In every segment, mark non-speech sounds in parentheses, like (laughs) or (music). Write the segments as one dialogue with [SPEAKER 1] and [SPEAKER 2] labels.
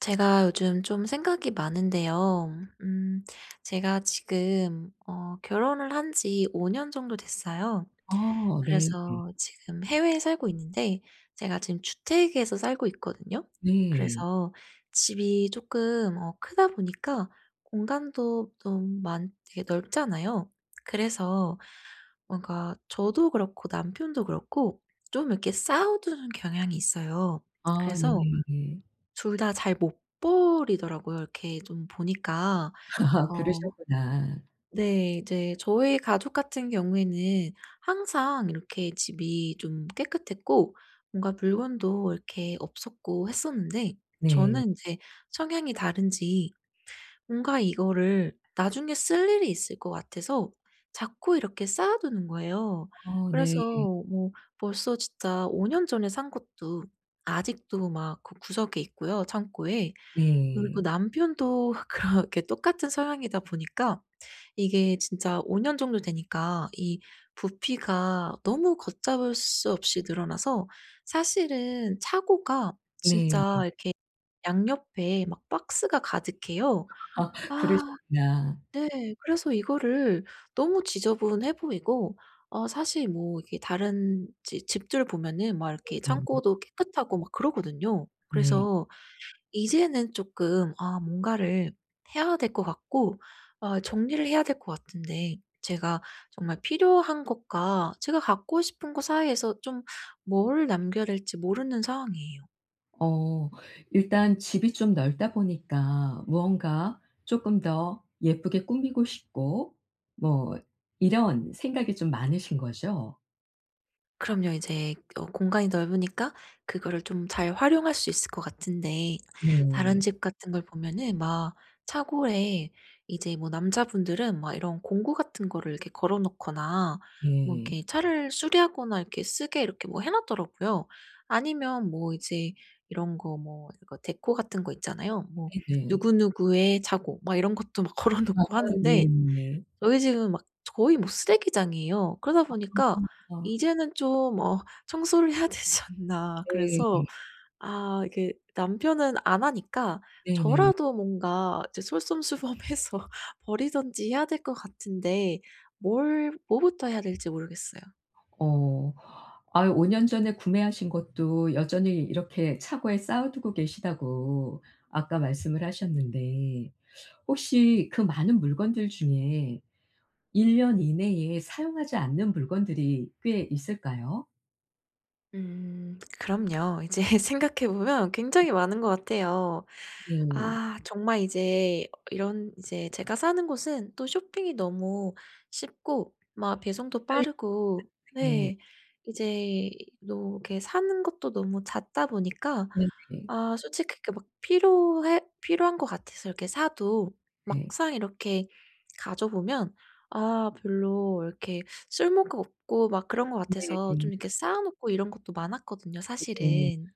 [SPEAKER 1] 제가 요즘 좀 생각이 많은데요. 음 제가 지금 결혼을 한지 5년 정도 됐어요.
[SPEAKER 2] 어 네.
[SPEAKER 1] 그래서 지금 해외에 살고 있는데 제가 지금 주택에서 살고 있거든요.
[SPEAKER 2] 네.
[SPEAKER 1] 그래서 집이 조금 크다 보니까 공간도 좀 많 되게 넓잖아요. 그래서 뭔가 저도 그렇고 남편도 그렇고 좀 이렇게 싸우는 경향이 있어요.
[SPEAKER 2] 아
[SPEAKER 1] 그래서
[SPEAKER 2] 네네네. 아
[SPEAKER 1] 둘 다 잘 못 버리더라고요. 이렇게 좀 보니까.
[SPEAKER 2] (laughs)
[SPEAKER 1] 어
[SPEAKER 2] 그러셨구나.
[SPEAKER 1] 네. 이제 저희 가족 같은 경우에는 항상 이렇게 집이 좀 깨끗했고 뭔가 물건도 이렇게 없었고 했었는데
[SPEAKER 2] 네.
[SPEAKER 1] 저는 이제 성향이 다른지 뭔가 이거를 나중에 쓸 일이 있을 것 같아서 자꾸 이렇게 쌓아 두는 거예요.
[SPEAKER 2] 어
[SPEAKER 1] 그래서
[SPEAKER 2] 네.
[SPEAKER 1] 뭐 벌써 진짜 5년 전에 산 것도 아직도 막 그 구석에 있고요, 창고에. 그리고
[SPEAKER 2] 네.
[SPEAKER 1] 남편도 (laughs) 그렇게 똑같은 서양이다 보니까 이게 진짜 5년 정도 되니까 이 부피가 너무 걷잡을 수 없이 늘어나서 사실은 차고가 진짜
[SPEAKER 2] 네.
[SPEAKER 1] 이렇게 양옆에 막 박스가 가득해요.
[SPEAKER 2] 아 (laughs)
[SPEAKER 1] 아
[SPEAKER 2] 그러셨구나.
[SPEAKER 1] 네. 그래서 이거를 너무 지저분해 보이고 사실 뭐 이게 다른 지 집들 보면은 막 이렇게
[SPEAKER 2] 네.
[SPEAKER 1] 창고도 깨끗하고 막 그러거든요.
[SPEAKER 2] 네.
[SPEAKER 1] 그래서 이제는 조금 뭔가를 해야 될 것 같고 정리를 해야 될 것 같은데 제가 정말 필요한 것과 제가 갖고 싶은 것 사이에서 좀 뭘 남겨야 될지 모르는 상황이에요.
[SPEAKER 2] 어 일단 집이 좀 넓다 보니까 무언가 쪼끔 더 예쁘게 꾸미고 싶고 뭐 이런 생각이 좀 많으신 거죠?
[SPEAKER 1] 그럼요. 이제 공간이 넓으니까 그거를 좀 잘 활용할 수 있을 것 같은데 다른
[SPEAKER 2] 네.
[SPEAKER 1] 집 같은 걸 보면은 막 차고에 이제 뭐 남자분들은 막 이런 공구 같은 거를 이렇게 걸어 놓거나 뭐
[SPEAKER 2] 네.
[SPEAKER 1] 이렇게 차를 수리하거나 이렇게 쓰게 이렇게 뭐 해 놨더라고요. 아니면 뭐 이제 이런 거 뭐 이거 데코 같은 거 있잖아요. 뭐
[SPEAKER 2] 네네.
[SPEAKER 1] 누구누구의 차고 막 이런 것도 막 (laughs) 걸어
[SPEAKER 2] 아
[SPEAKER 1] 놓고 하는데
[SPEAKER 2] 네네.
[SPEAKER 1] 저희 집은 막 거의 뭐 쓰레기장이에요. 그러다 보니까
[SPEAKER 2] 아
[SPEAKER 1] 이제는 좀 청소를 해야 되지 않나. 그래서
[SPEAKER 2] 네.
[SPEAKER 1] 이게 남편은 안 하니까
[SPEAKER 2] 네네.
[SPEAKER 1] 저라도 뭔가 이제 솔선수범해서 (laughs) 버리든지 해야 될 것 같은데 뭘 뭐부터 해야 될지 모르겠어요.
[SPEAKER 2] 어. 아유 5 년 전에 구매하신 것도 여전히 이렇게 차고에 쌓아 두고 계시다고 아까 말씀을 하셨는데 혹시 그 많은 물건들 중에 1년 이내에 사용하지 않는 물건들이 꽤 있을까요?
[SPEAKER 1] 음. 그럼요. 이제 (laughs) 생각해 보면 굉장히 많은 것 같아요.
[SPEAKER 2] 네.
[SPEAKER 1] 정말 이제 이런 이제 제가 사는 곳은 또 쇼핑이 너무 쉽고 막 배송도
[SPEAKER 2] 팔
[SPEAKER 1] 빠르고
[SPEAKER 2] 때
[SPEAKER 1] 네 이제 또 이렇게 사는 것도 너무 잦다 보니까
[SPEAKER 2] 네네. 네.
[SPEAKER 1] 솔직히 그막 필요해 필요한 것 같아서 이렇게 사도
[SPEAKER 2] 네.
[SPEAKER 1] 막상 이렇게 가져 보면 아 별로 이렇게 쓸모가 없고 막 그런 것 같아서 좀 이렇게 쌓아 놓고 이런 것도 많았거든요
[SPEAKER 2] 네.
[SPEAKER 1] 사실은.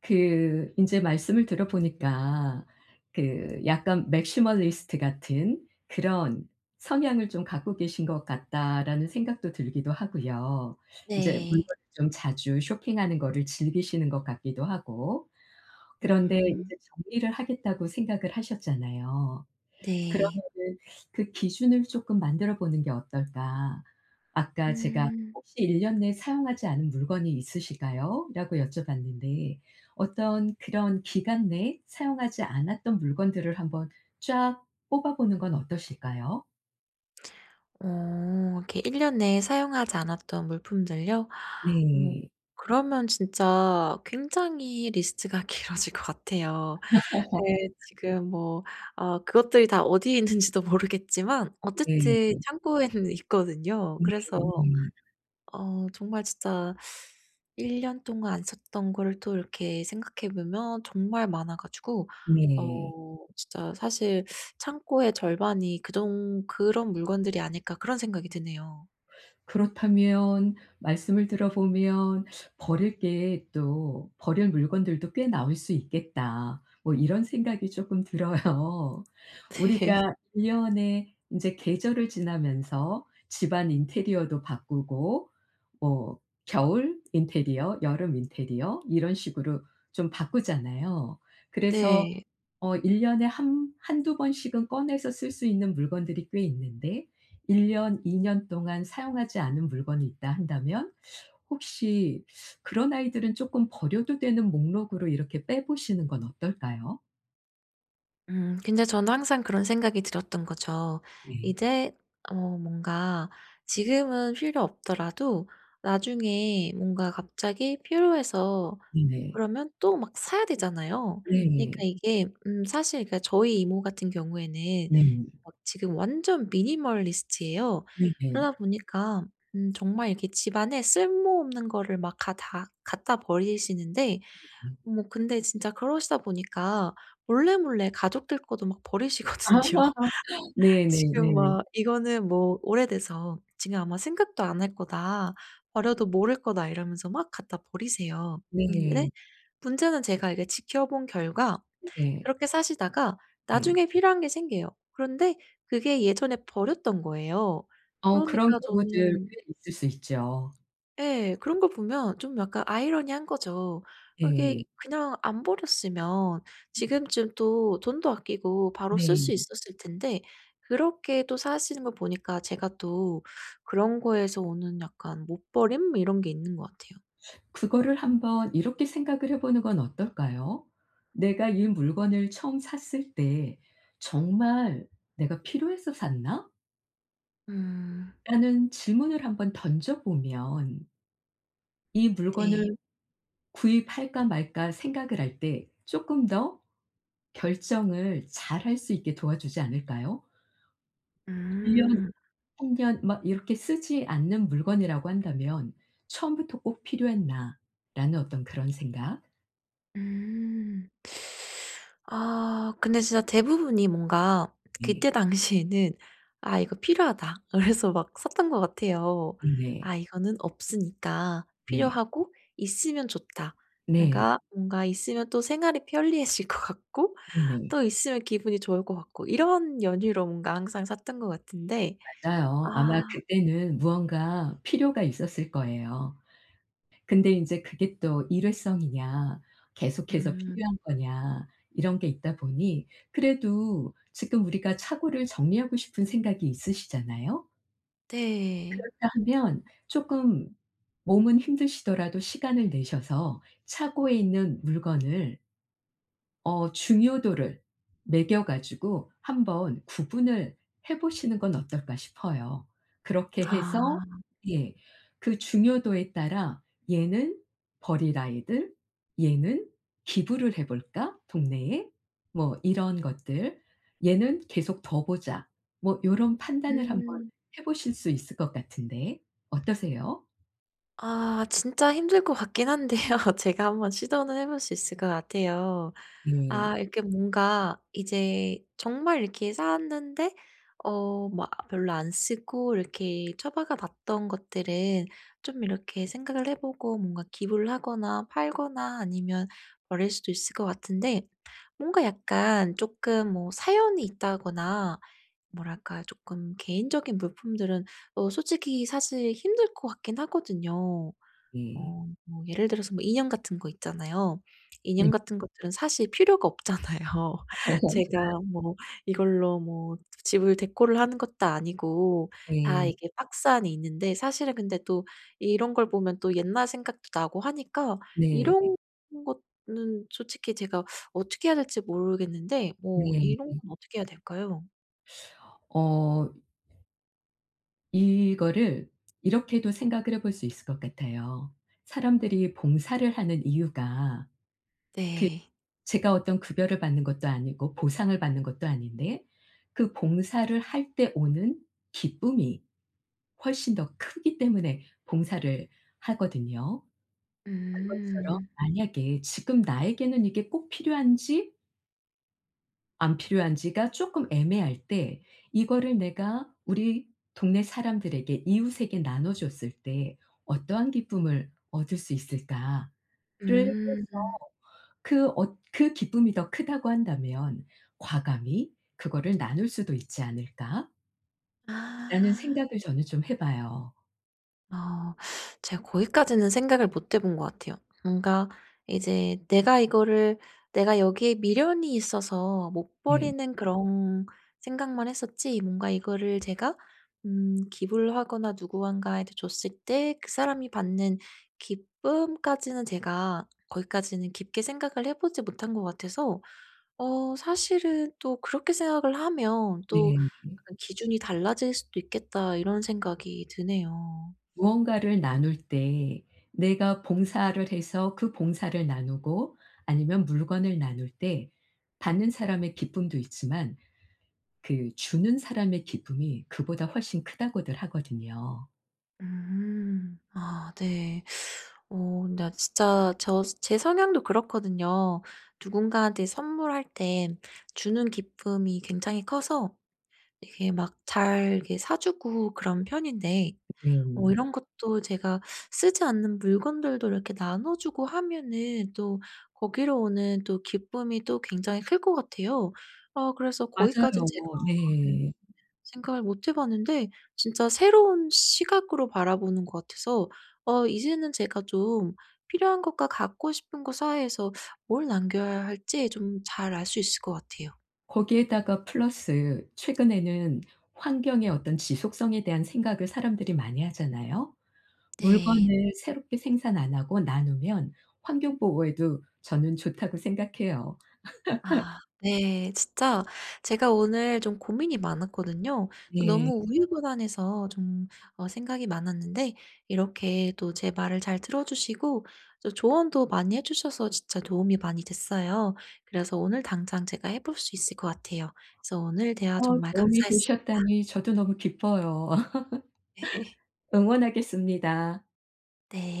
[SPEAKER 2] 그 인제 말씀을 들어보니까 그 약간 맥시멀리스트 같은 그런 성향을 좀 갖고 계신 것 같다라는 생각도 들기도 하고요. 인제 물건을
[SPEAKER 1] 네.
[SPEAKER 2] 좀 자주 쇼핑하는 거를 즐기시는 것 같기도 하고. 그런데 이제
[SPEAKER 1] 음.
[SPEAKER 2] 정리를 하겠다고 생각을 하셨잖아요.
[SPEAKER 1] 네.
[SPEAKER 2] 그러면은 그 기준을 쪼끔 만들어 보는 게 어떨까? 아까 제가
[SPEAKER 1] 음.
[SPEAKER 2] "혹시 1년 내에 사용하지 않은 물건이 있으실까요?" 라고 여쭤봤는데 어떤 그런 기간 내에 사용하지 않았던 물건들을 한번 쫙 뽑아 보는 건 어떠실까요?
[SPEAKER 1] 어 이렇게 1 년에 사용하지 않았던 물품들요? 어
[SPEAKER 2] 네.
[SPEAKER 1] 그러면 진짜 굉장히 리스트가 (laughs) 길어질 것 같아요. 예, 지금 뭐 그것들이 다 어디에 있는지도 모르겠지만
[SPEAKER 2] 네.
[SPEAKER 1] 어쨌든 창고에는 (laughs) 있거든요.
[SPEAKER 2] 네
[SPEAKER 1] 그래서
[SPEAKER 2] 네.
[SPEAKER 1] 정말 진짜 1년 동안 안 썼던 거를 또 이렇게 생각해 보면 정말 많아 가지고 어
[SPEAKER 2] 네.
[SPEAKER 1] 진짜 사실 '창고의 절반이 그정 그런 물건들이 아닐까.' 그런 생각이 드네요.
[SPEAKER 2] 그렇다면 말씀을 들어보면 버릴 게 또 '버릴 물건들도 꽤 나올 수 있겠다.' 뭐 이런 생각이 쪼끔 들어요. (laughs)
[SPEAKER 1] (laughs) 네.
[SPEAKER 2] 우리가 1 년에 인제 계절을 지나면서 집안 인테리어도 바꾸고 뭐 겨울 인테리어, 여름 인테리어 이런 식으로 좀 바꾸잖아요. 그래서
[SPEAKER 1] 네.
[SPEAKER 2] 어 1 년에 한 한두 번씩은 꺼내서 쓸 수 있는 물건들이 꽤 있는데 1 년, 2년 동안 사용하지 않은 물건이 있다 한다면 혹시 그런 아이들은 쪼끔 버려도 되는 목록으로 이렇게 빼 보시는 건 어떨까요?
[SPEAKER 1] 근데 저는 항상 그런 생각이 들었던 거죠.
[SPEAKER 2] 네.
[SPEAKER 1] 이제 뭔가 지금은 필요 없더라도 나중에 뭔가 갑자기 필요해서
[SPEAKER 2] 네네.
[SPEAKER 1] 그러면 또 막 사야 되잖아요.
[SPEAKER 2] 네.
[SPEAKER 1] 그러니까
[SPEAKER 2] 네.
[SPEAKER 1] 이게 사실 그러니까 저희 이모 같은 경우에는
[SPEAKER 2] 네.
[SPEAKER 1] 막 지금 완전 미니멀리스트예요.
[SPEAKER 2] 네네.
[SPEAKER 1] 그러다 보니까 정말 이렇게 집안에 쓸모없는 거를 막 가 다 갖다 버리시는데
[SPEAKER 2] 네.
[SPEAKER 1] 뭐 근데 진짜 그러시다 보니까 몰래몰래 가족들 것도 막 버리시거든요. (laughs)
[SPEAKER 2] 네네네.
[SPEAKER 1] 지금
[SPEAKER 2] 네.
[SPEAKER 1] 막 "이거는 뭐 오래돼서 지금 아마 생각도 안 할 거다. 버려도 모를 거다." 이러면서 막 갖다 버리세요. 근데
[SPEAKER 2] 네.
[SPEAKER 1] 문제는 제가 이게 지켜본 결과
[SPEAKER 2] 네.
[SPEAKER 1] 그렇게 사시다가
[SPEAKER 2] 네.
[SPEAKER 1] 나중에 필요한 게 생겨요. 그런데 그게 예전에 버렸던 거예요.
[SPEAKER 2] 어 그런
[SPEAKER 1] 그러니까
[SPEAKER 2] 경우들
[SPEAKER 1] 저는,
[SPEAKER 2] 꽤 있을 수 있죠.
[SPEAKER 1] 예, 그런 걸 보면 좀 약간 아이러니한 거죠. 이게
[SPEAKER 2] 네.
[SPEAKER 1] 그냥 안 버렸으면 지금쯤 또 돈도 아끼고 바로 쓸 수
[SPEAKER 2] 네.
[SPEAKER 1] 있었을 텐데 그렇게 또 사시는 걸 보니까 제가 또 그런 거에서 오는 약간 못 버림 이런 게 있는 것 같아요.
[SPEAKER 2] 그거를 한번 이렇게 생각을 해 보는 건 어떨까요? 내가 이 물건을 처음 샀을 때 '정말 내가 필요해서 샀나?'
[SPEAKER 1] 음.
[SPEAKER 2] 라는 질문을 한번 던져 보면 이
[SPEAKER 1] 네.
[SPEAKER 2] 물건을 구입할까 말까 생각을 할 때 조금 더 결정을 잘 할 수 있게 도와주지 않을까요? 1 년,
[SPEAKER 1] 음.
[SPEAKER 2] 1 년 막 이렇게 쓰지 않는 물건이라고 한다면 '처음부터 꼭 필요했나?' 라는 어떤 그런 생각.
[SPEAKER 1] 음. 근데 진짜 대부분이 뭔가
[SPEAKER 2] 네.
[SPEAKER 1] 그때 당시에는 '아 이거 필요하다.' (laughs) 그래서 막 샀던 것 같아요.
[SPEAKER 2] 네네.
[SPEAKER 1] '아 이거는 없으니까
[SPEAKER 2] 네.
[SPEAKER 1] 필요하고 있으면 좋다.'
[SPEAKER 2] 네.
[SPEAKER 1] 내가 뭔가 있으면 또 생활이 편리해질 것 같고
[SPEAKER 2] 네네.
[SPEAKER 1] 또 있으면 기분이 좋을 것 같고 이런 연유로 뭔가 항상 샀던 것 같은데.
[SPEAKER 2] 맞아요. 아마
[SPEAKER 1] 아.
[SPEAKER 2] 그때는 무언가 필요가 있었을 거예요. 근데 인제 그게 또 일회성이냐 계속해서
[SPEAKER 1] 음.
[SPEAKER 2] 필요한 거냐 이런 게 있다 보니 그래도 지금 우리가 차고를 정리하고 싶은 생각이 있으시잖아요.
[SPEAKER 1] 네.
[SPEAKER 2] 그렇다 하면 쪼끔 몸은 힘드시더라도 시간을 내셔서 차고에 있는 물건을 어 중요도를 매겨 가지고 한번 구분을 해 보시는 건 어떨까 싶어요. 그렇게 해서
[SPEAKER 1] 아.
[SPEAKER 2] 예. 그 중요도에 따라 '얘는 버릴 아이들, 얘는 기부를 해 볼까 동네에?' 뭐 이런 것들, '얘는 계속 둬 보자.' 뭐 이런 판단을 한번
[SPEAKER 1] 음.
[SPEAKER 2] 해 보실 수 있을 것 같은데 어떠세요?
[SPEAKER 1] 진짜 힘들 것 같긴 한데요. (laughs) 제가 한번 시도는 해볼 수 있을 것 같아요.
[SPEAKER 2] 예.
[SPEAKER 1] 이렇게 뭔가 이제 정말 이렇게 쌓았는데 막 별로 안 쓰고 이렇게 처박아 놨던 것들은 좀 이렇게 생각을 해 보고 뭔가 기부를 하거나 팔거나 아니면 버릴 수도 있을 것 같은데 뭔가 약간 조금 뭐 사연이 있다거나 뭐랄까 조금 개인적인 물품들은 솔직히 사실 힘들 것 같긴 하거든요.
[SPEAKER 2] 예.
[SPEAKER 1] 뭐 예를 들어서 뭐 인형 같은 거 있잖아요. 인형
[SPEAKER 2] 네.
[SPEAKER 1] 같은 것들은 사실 필요가 없잖아요. (laughs)
[SPEAKER 2] (laughs)
[SPEAKER 1] 제가 뭐 이걸로 뭐 집을 데코를 하는 것도 아니고 다
[SPEAKER 2] 예.
[SPEAKER 1] 이게 박스 안에 있는데 사실은 근데 또 이런 걸 보면 또 옛날 생각도 나고 하니까
[SPEAKER 2] 네.
[SPEAKER 1] 이런 거는 솔직히 제가 어떻게 해야 될지 모르겠는데 뭐
[SPEAKER 2] 네.
[SPEAKER 1] 이런 건
[SPEAKER 2] 네.
[SPEAKER 1] 어떻게 해야 될까요?
[SPEAKER 2] 어 이거를 이렇게도 생각을 해볼 수 있을 것 같아요. 사람들이 봉사를 하는 이유가
[SPEAKER 1] 네.
[SPEAKER 2] 제가 어떤 급여를 받는 것도 아니고 보상을 받는 것도 아닌데 그 봉사를 할 때 오는 기쁨이 훨씬 더 크기 때문에 봉사를 하거든요. 그것처럼
[SPEAKER 1] 음.
[SPEAKER 2] 만약에 지금 나에게는 이게 꼭 필요한지 안 필요한지가 조금 애매할 때 이거를 내가 우리 동네 사람들에게 이웃에게 나눠 줬을 때 '어떠한 기쁨을 얻을 수 있을까?'를 해서
[SPEAKER 1] 음.
[SPEAKER 2] 그 어 그 기쁨이 더 크다고 한다면 '과감히 그거를 나눌 수도 있지 않을까?'라는
[SPEAKER 1] 아.
[SPEAKER 2] 생각을 저는 좀 해 봐요.
[SPEAKER 1] 어. 제가 거기까지는 생각을 못 해본 것 같아요. 뭔가 이제 내가 여기에 미련이 있어서 못
[SPEAKER 2] 네.
[SPEAKER 1] 버리는 그런 생각만 했었지, 뭔가 이거를 제가 기부를 하거나 누구한가에테 줬을 때 그 사람이 받는 기쁨까지는 제가 거기까지는 깊게 생각을 해 보지 못한 것 같아서 사실은 또 그렇게 생각을 하면 또
[SPEAKER 2] 네.
[SPEAKER 1] 약간 '기준이 달라질 수도 있겠다.' 이런 생각이 드네요.
[SPEAKER 2] 무언가를 나눌 때 내가 봉사를 해서 그 봉사를 나누고 아니면 물건을 나눌 때 받는 사람의 기쁨도 있지만 그 주는 사람의 기쁨이 그보다 훨씬 크다고들 하거든요.
[SPEAKER 1] 음. 아 네. 근데 진짜 제 성향도 그렇거든요. 누군가한테 선물할 때 주는 기쁨이 굉장히 커서 이게 막 잘 사 주고 그런 편인데
[SPEAKER 2] 네.
[SPEAKER 1] 이런 것도 제가 쓰지 않는 물건들도 이렇게 나눠 주고 하면은 또 거기로 오는 또 기쁨이 또 굉장히 클 것 같아요. 그래서
[SPEAKER 2] 맞아요.
[SPEAKER 1] 거기까진 제가
[SPEAKER 2] 네.
[SPEAKER 1] 생각을 못해 봤는데 진짜 새로운 시각으로 바라보는 것 같아서 이제는 제가 좀 필요한 것과 갖고 싶은 것 사이에서 뭘 남겨야 할지 좀 잘 알 수 있을 것 같아요.
[SPEAKER 2] 거기에다가 플러스 최근에는 환경의 어떤 지속성에 대한 생각을 사람들이 많이 하잖아요.
[SPEAKER 1] 네.
[SPEAKER 2] 물건을 새롭게 생산 안 하고 나누면 환경 보호에도 저는 좋다고 생각해요.
[SPEAKER 1] 아 네. 진짜 제가 오늘 좀 고민이 많았거든요. 그래서
[SPEAKER 2] 네.
[SPEAKER 1] 너무 우유부단해서 좀 생각이 많았는데 이렇게 또 제 말을 잘 들어 주시고 또 조언도 많이 해 주셔서 진짜 도움이 많이 됐어요. 그래서 오늘 당장 제가 해볼 수 있을 것 같아요. 그래서 오늘 대화
[SPEAKER 2] 어
[SPEAKER 1] 정말
[SPEAKER 2] 도움이
[SPEAKER 1] 감사했어요.
[SPEAKER 2] 되셨다니 저도 너무 기뻐요. (laughs)
[SPEAKER 1] (laughs)
[SPEAKER 2] 응원하겠습니다.
[SPEAKER 1] 네.